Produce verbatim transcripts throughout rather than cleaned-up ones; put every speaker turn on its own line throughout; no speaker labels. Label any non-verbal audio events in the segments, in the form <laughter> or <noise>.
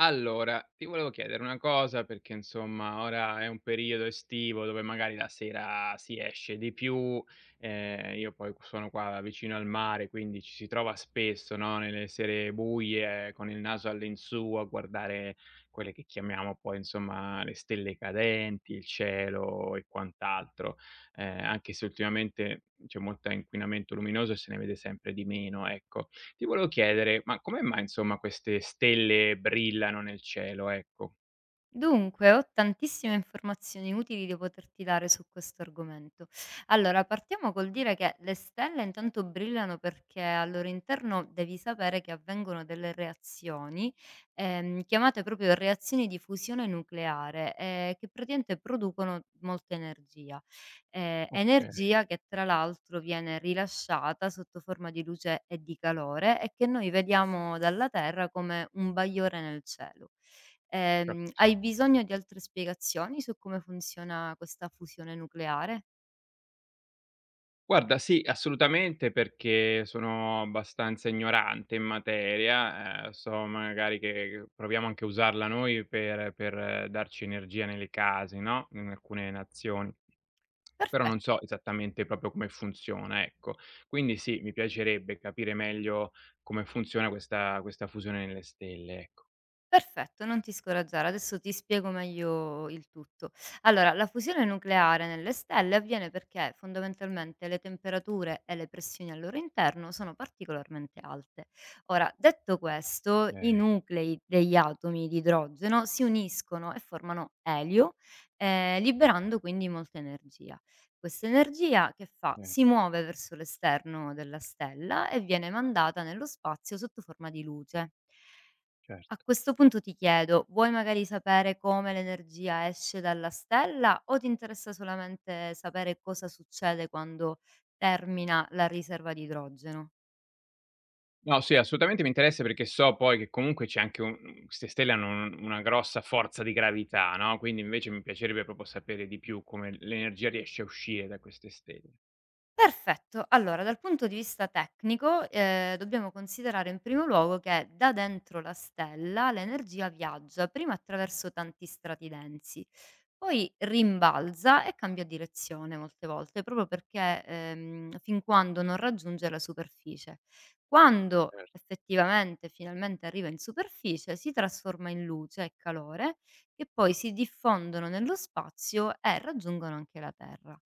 Allora, ti volevo chiedere una cosa perché insomma ora è un periodo estivo dove magari la sera si esce di più, ehm, io poi sono qua vicino al mare, quindi ci si trova spesso, no, nelle sere buie eh, con il naso all'insù a guardare quelle che chiamiamo poi insomma le stelle cadenti, il cielo e quant'altro, ehm, anche se ultimamente c'è molta inquinamento luminoso e se ne vede sempre di meno, ecco. Ti volevo chiedere, ma come mai insomma queste stelle brillano nel cielo, ecco?
Dunque, ho tantissime informazioni utili da poterti dare su questo argomento. Allora, partiamo col dire che le stelle intanto brillano perché al loro interno devi sapere che avvengono delle reazioni, ehm, chiamate proprio reazioni di fusione nucleare, eh, che praticamente producono molta energia. Eh,
Okay,
energia che tra l'altro viene rilasciata sotto forma di luce e di calore e che noi vediamo dalla Terra come un bagliore nel cielo. Ehm, hai
capisco.
bisogno di altre spiegazioni su come funziona questa fusione nucleare?
Guarda sì, assolutamente perché sono abbastanza ignorante in materia, ehm, so magari che proviamo anche a usarla noi per per eh, darci energia nelle case, no, in alcune nazioni. Però non
Perfetto.
so esattamente proprio come funziona, ecco. Quindi sì, mi piacerebbe capire meglio come funziona questa questa fusione nelle stelle, ecco.
Perfetto, non ti scoraggiare, adesso ti spiego meglio il tutto. Allora, la fusione nucleare nelle stelle avviene perché fondamentalmente le temperature e le pressioni al loro interno sono particolarmente alte. Ora, detto questo, i
Okay,
nuclei degli atomi di idrogeno si uniscono e formano elio, eh, liberando quindi molta energia. Questa energia che fa?
eh,
Si muove verso l'esterno della stella e viene mandata nello spazio sotto forma di luce. A
certo.
questo punto ti chiedo, vuoi magari sapere come l'energia esce dalla stella o ti interessa solamente sapere cosa succede quando termina la riserva di idrogeno?
No, sì, assolutamente mi interessa perché so poi che comunque c'è anche un mhmm, queste stelle hanno un una grossa forza di gravità, no, quindi invece mi piacerebbe proprio sapere di più come l'energia riesce a uscire da queste stelle.
Perfetto. Allora, dal punto di vista tecnico, ehm, dobbiamo considerare in primo luogo che da dentro la stella l'energia viaggia prima attraverso tanti strati densi, poi rimbalza e cambia direzione molte volte, proprio perché, ehm, fin quando non raggiunge la superficie. Quando
Certo.
effettivamente, finalmente arriva in superficie, si trasforma in luce e calore, che poi si diffondono nello spazio e raggiungono anche la Terra.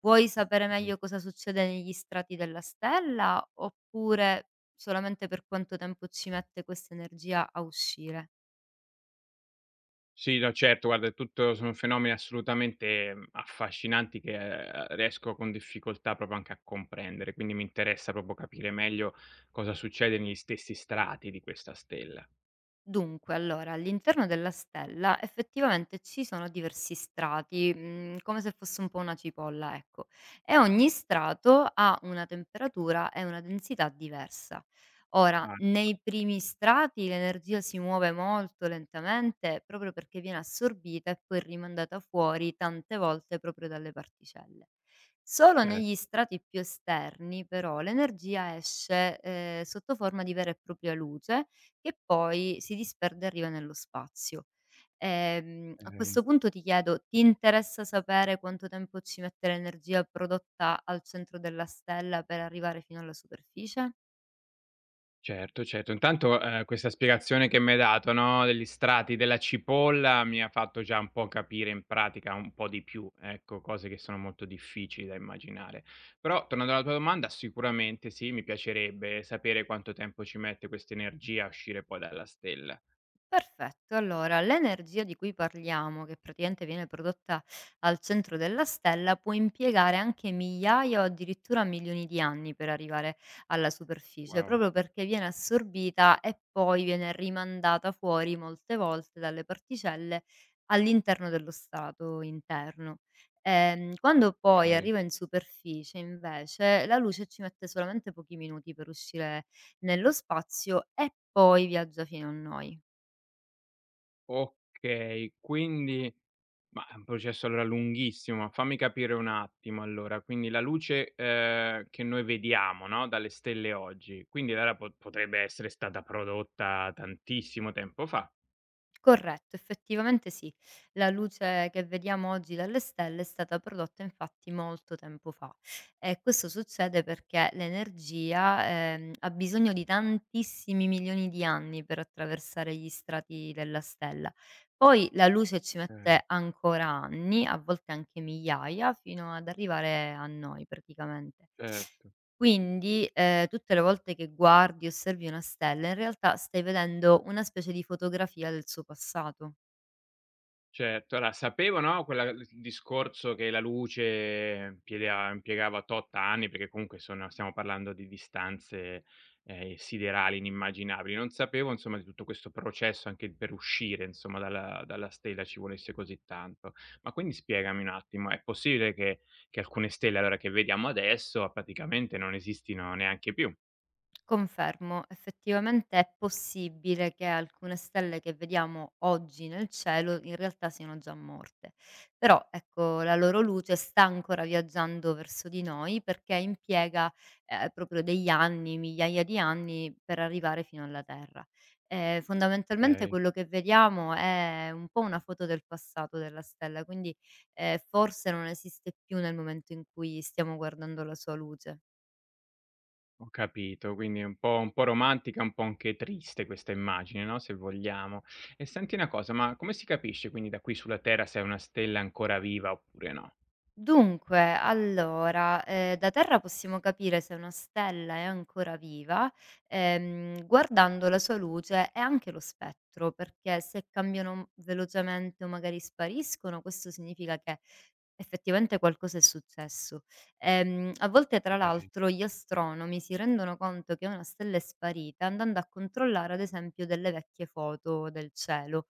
Vuoi sapere
Mh.
meglio cosa succede negli strati della stella oppure solamente per quanto tempo ci mette questa energia a uscire?
Sì, no, certo, guarda è tutto sono fenomeni assolutamente, mhmm, affascinanti che, ehm, riesco con difficoltà proprio anche a comprendere, quindi mi interessa proprio capire meglio cosa succede negli stessi strati di questa stella.
Dunque, allora, all'interno della stella effettivamente ci sono diversi strati, mhmm, come se fosse un po' una cipolla, ecco, e ogni strato ha una temperatura e una densità diversa. Ora,
Ah,
nei primi strati l'energia si muove molto lentamente, proprio perché viene assorbita e poi rimandata fuori tante volte proprio dalle particelle. Solo
cer
negli strati più esterni però l'energia esce, ehm, sotto forma di vera e propria luce che poi si disperde e arriva nello spazio. Ehm, a
okay.
questo punto ti chiedo, ti interessa sapere quanto tempo ci mette l'energia prodotta al centro della stella per arrivare fino alla superficie?
Certo, certo. Intanto, ehm, questa spiegazione che m'hai dato, no, degli strati della cipolla, mi ha fatto già un po' capire in pratica un po' di più, ecco, cose che sono molto difficili da immaginare. Però, tornando alla tua domanda, sicuramente sì, mi piacerebbe sapere quanto tempo ci mette questa energia a uscire poi dalla stella.
Perfetto, allora l'energia di cui parliamo, che praticamente viene prodotta al centro della stella, può impiegare anche migliaia o addirittura milioni di anni per arrivare alla superficie,
Wow,
proprio perché viene assorbita e poi viene rimandata fuori molte volte dalle particelle all'interno dello strato interno. Ehm, quando poi
okay.
arriva in superficie, invece, la luce ci mette solamente pochi minuti per uscire nello spazio e poi viaggia fino a noi.
Okay, quindi ma è un processo allora lunghissimo, ma fammi capire un attimo allora, quindi la luce, ehm, che noi vediamo, no, dalle stelle oggi, quindi allora po potrebbe essere stata prodotta tantissimo tempo fa.
Corretto, effettivamente sì. La luce che vediamo oggi dalle stelle è stata prodotta infatti molto tempo fa e questo succede perché l'energia, ehm, ha bisogno di tantissimi milioni di anni per attraversare gli strati della stella. Poi la luce ci
Eh,
mette ancora anni, a volte anche migliaia, fino ad arrivare a noi praticamente.
certo.
Quindi, ehm, tutte le volte che guardi, osservi una stella, in realtà stai vedendo una specie di fotografia del suo passato.
Certo, allora sapevo, no, quella il discorso che la luce piedea impiegava tot anni, perché comunque sono stiamo parlando di distanze, ehm, siderali, inimmaginabili. Non sapevo insomma di tutto questo processo anche per uscire insomma dalla dalla stella ci volesse così tanto. Ma quindi spiegami un attimo, è possibile che che alcune stelle allora che vediamo adesso praticamente non esistino neanche più?
Confermo, effettivamente è possibile che alcune stelle che vediamo oggi nel cielo in realtà siano già morte, però ecco la loro luce sta ancora viaggiando verso di noi perché impiega eh, proprio degli anni, migliaia di anni per arrivare fino alla Terra. Eh, fondamentalmente
Okay.
quello che vediamo è un po' una foto del passato della stella, quindi eh, forse non esiste più nel momento in cui stiamo guardando la sua luce.
Ho capito, quindi è un po' un po' romantica, un po' anche triste questa immagine, no, se vogliamo. E senti una cosa, ma come si capisce quindi da qui sulla Terra se è una stella ancora viva oppure no?
Dunque, allora, ehm, da terra possiamo capire se una stella è ancora viva, ehm, guardando la sua luce e anche lo spettro, perché se cambiano velocemente o magari spariscono, questo significa che effettivamente qualcosa è successo. Ehm, a volte, tra
Okay,
l'altro, gli astronomi si rendono conto che una stella è sparita andando a controllare, ad esempio, delle vecchie foto del cielo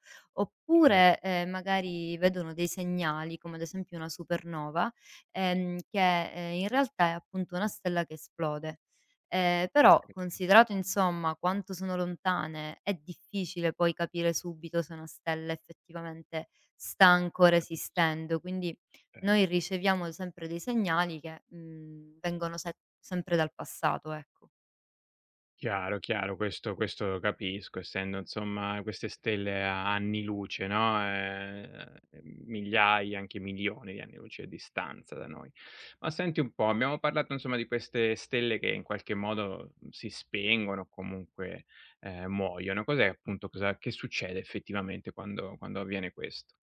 certo.
oppure, ehm, magari vedono dei segnali, come ad esempio una supernova, ehm, che, ehm, in realtà è appunto una
Mh,
stella che esplode. Ehm, però
okay,
considerato insomma quanto sono lontane, è difficile poi capire subito se una stella effettivamente sta ancora
capisco,
esistendo, quindi
cer
noi riceviamo sempre dei segnali che, mhmm, vengono se sempre dal passato, ecco.
Chiaro, chiaro, questo questo lo capisco, essendo insomma queste stelle a anni luce, no, ehm, migliaia, anche milioni di anni luce a distanza da noi. Ma senti un po', abbiamo parlato insomma di queste stelle che in qualche modo, mhmm, si spengono o comunque, ehm, muoiono. Cos'è appunto cosa che succede effettivamente quando quando avviene questo?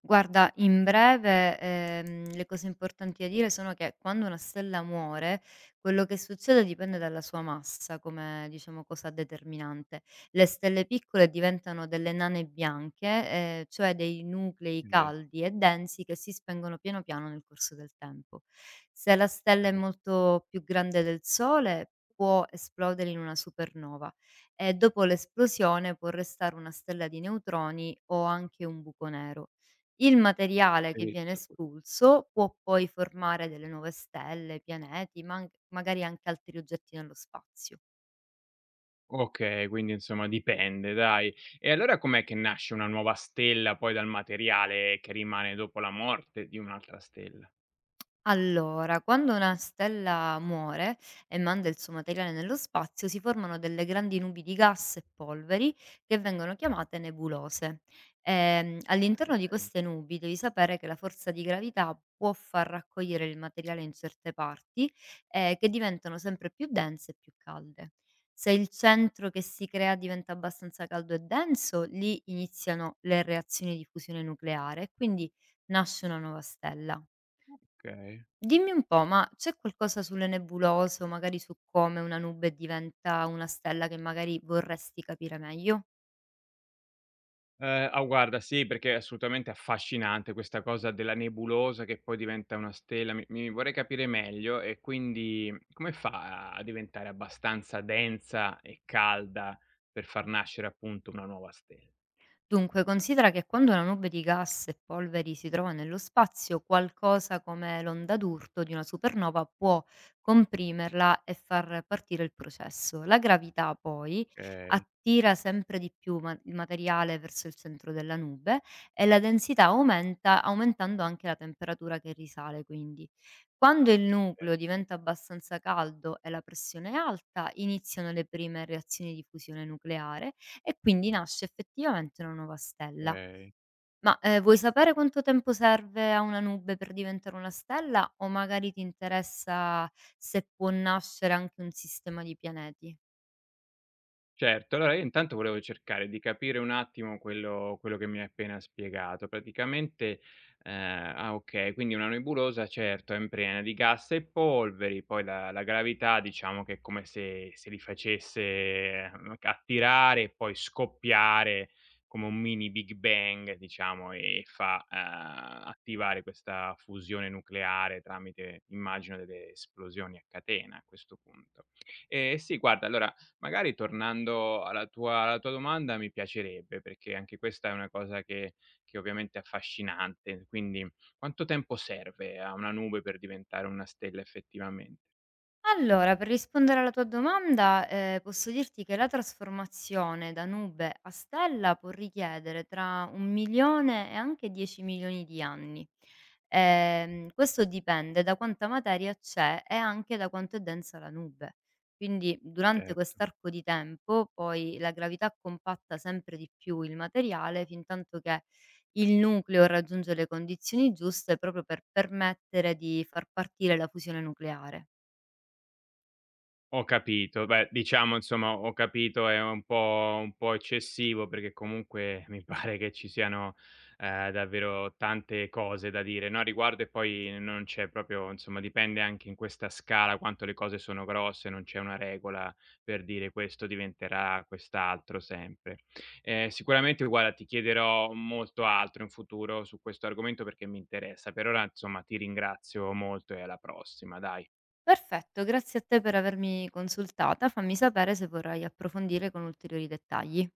Guarda, in breve, ehm, le cose importanti da dire sono che quando una stella muore, quello che succede dipende dalla sua massa come, diciamo, cosa determinante. Le stelle piccole diventano delle nane bianche, ehm, cioè dei nuclei
Okay,
caldi e densi che si spengono piano piano nel corso del tempo. Se la stella è
certo.
molto più grande del Sole, può esplodere in una supernova e dopo l'esplosione può restare una stella di neutroni o anche un buco nero. Il materiale che viene
Eletto
espulso può poi formare delle nuove stelle, pianeti, ma anc magari anche altri oggetti nello spazio.
okay, quindi insomma dipende dai. E allora com'è che nasce una nuova stella poi dal materiale che rimane dopo la morte di un'altra stella?
Allora, quando una stella muore e manda il suo materiale nello spazio, si formano delle grandi nubi di gas e polveri che vengono chiamate nebulose. Ehm, all'interno di
Okay,
queste nubi devi sapere che la forza di gravità può far raccogliere il materiale in certe parti, eh, che diventano sempre più dense e più calde. Se il centro che si crea diventa abbastanza caldo e denso, lì iniziano le reazioni di fusione nucleare, quindi nasce una nuova stella.
okay.
Dimmi un po', ma c'è qualcosa sulle nebulose o magari su come una nube diventa una stella che magari vorresti capire meglio?
Ehm, ah guarda sì, perché è assolutamente affascinante questa cosa della nebulosa che poi diventa una stella, mi mi vorrei capire meglio e quindi come fa a diventare abbastanza densa e calda per far nascere appunto una nuova stella?
Dunque, considera che quando una nube di gas e polveri si trova nello spazio, qualcosa come l'onda d'urto di una supernova può comprimerla e far partire il processo. La gravità poi
Okay,
attira sempre di più ma- il materiale verso il centro della nube e la densità aumenta, aumentando anche la temperatura che risale, quindi. Quando il nucleo diventa abbastanza caldo e la pressione è alta, iniziano le prime reazioni di fusione nucleare e quindi nasce effettivamente una nuova stella.
okay.
Ma, ehm, vuoi sapere quanto tempo serve a una nube per diventare una stella o magari ti interessa se può nascere anche un sistema di pianeti?
Certo, allora io intanto volevo cercare di capire un attimo quello quello che mi hai appena spiegato. Praticamente ehm, ah okay, quindi una nebulosa certo è imprena di gas e polveri, poi la la gravità diciamo che è come se se li facesse, mhmm, attirare e poi scoppiare come un mini Big Bang diciamo e fa, ehm, attivare questa fusione nucleare tramite immagino delle esplosioni a catena a questo punto. Ehm, sì guarda allora magari tornando alla tua alla tua domanda, mi piacerebbe, perché anche questa è una cosa che che ovviamente è affascinante. Quindi, quanto tempo serve a una nube per diventare una stella effettivamente?
Allora, per rispondere alla tua domanda, ehm, posso dirti che la trasformazione da nube a stella può richiedere tra un milione e anche dieci milioni di anni. Ehm, questo dipende da quanta materia c'è e anche da quanto è densa la nube. Quindi durante
Certo.
quest'arco di tempo poi la gravità compatta sempre di più il materiale fintanto che il nucleo raggiunge le condizioni giuste proprio per permettere di far partire la fusione nucleare.
Ho capito. Beh, diciamo insomma, ho capito è un po' un po' eccessivo, perché comunque mi <laughs> pare che ci siano, ehm, davvero tante cose da dire, no, a riguardo e poi non c'è proprio insomma, dipende anche in questa scala quanto le cose sono grosse, non c'è una regola per dire: "Questo diventerà quest'altro", sempre. Ehm, sicuramente guarda, ti chiederò molto altro in futuro su questo argomento perché mi interessa. Per ora, insomma, ti ringrazio molto e alla prossima, dai.
Perfetto, grazie a te per avermi consultata. Fammi sapere se vorrai approfondire con ulteriori dettagli.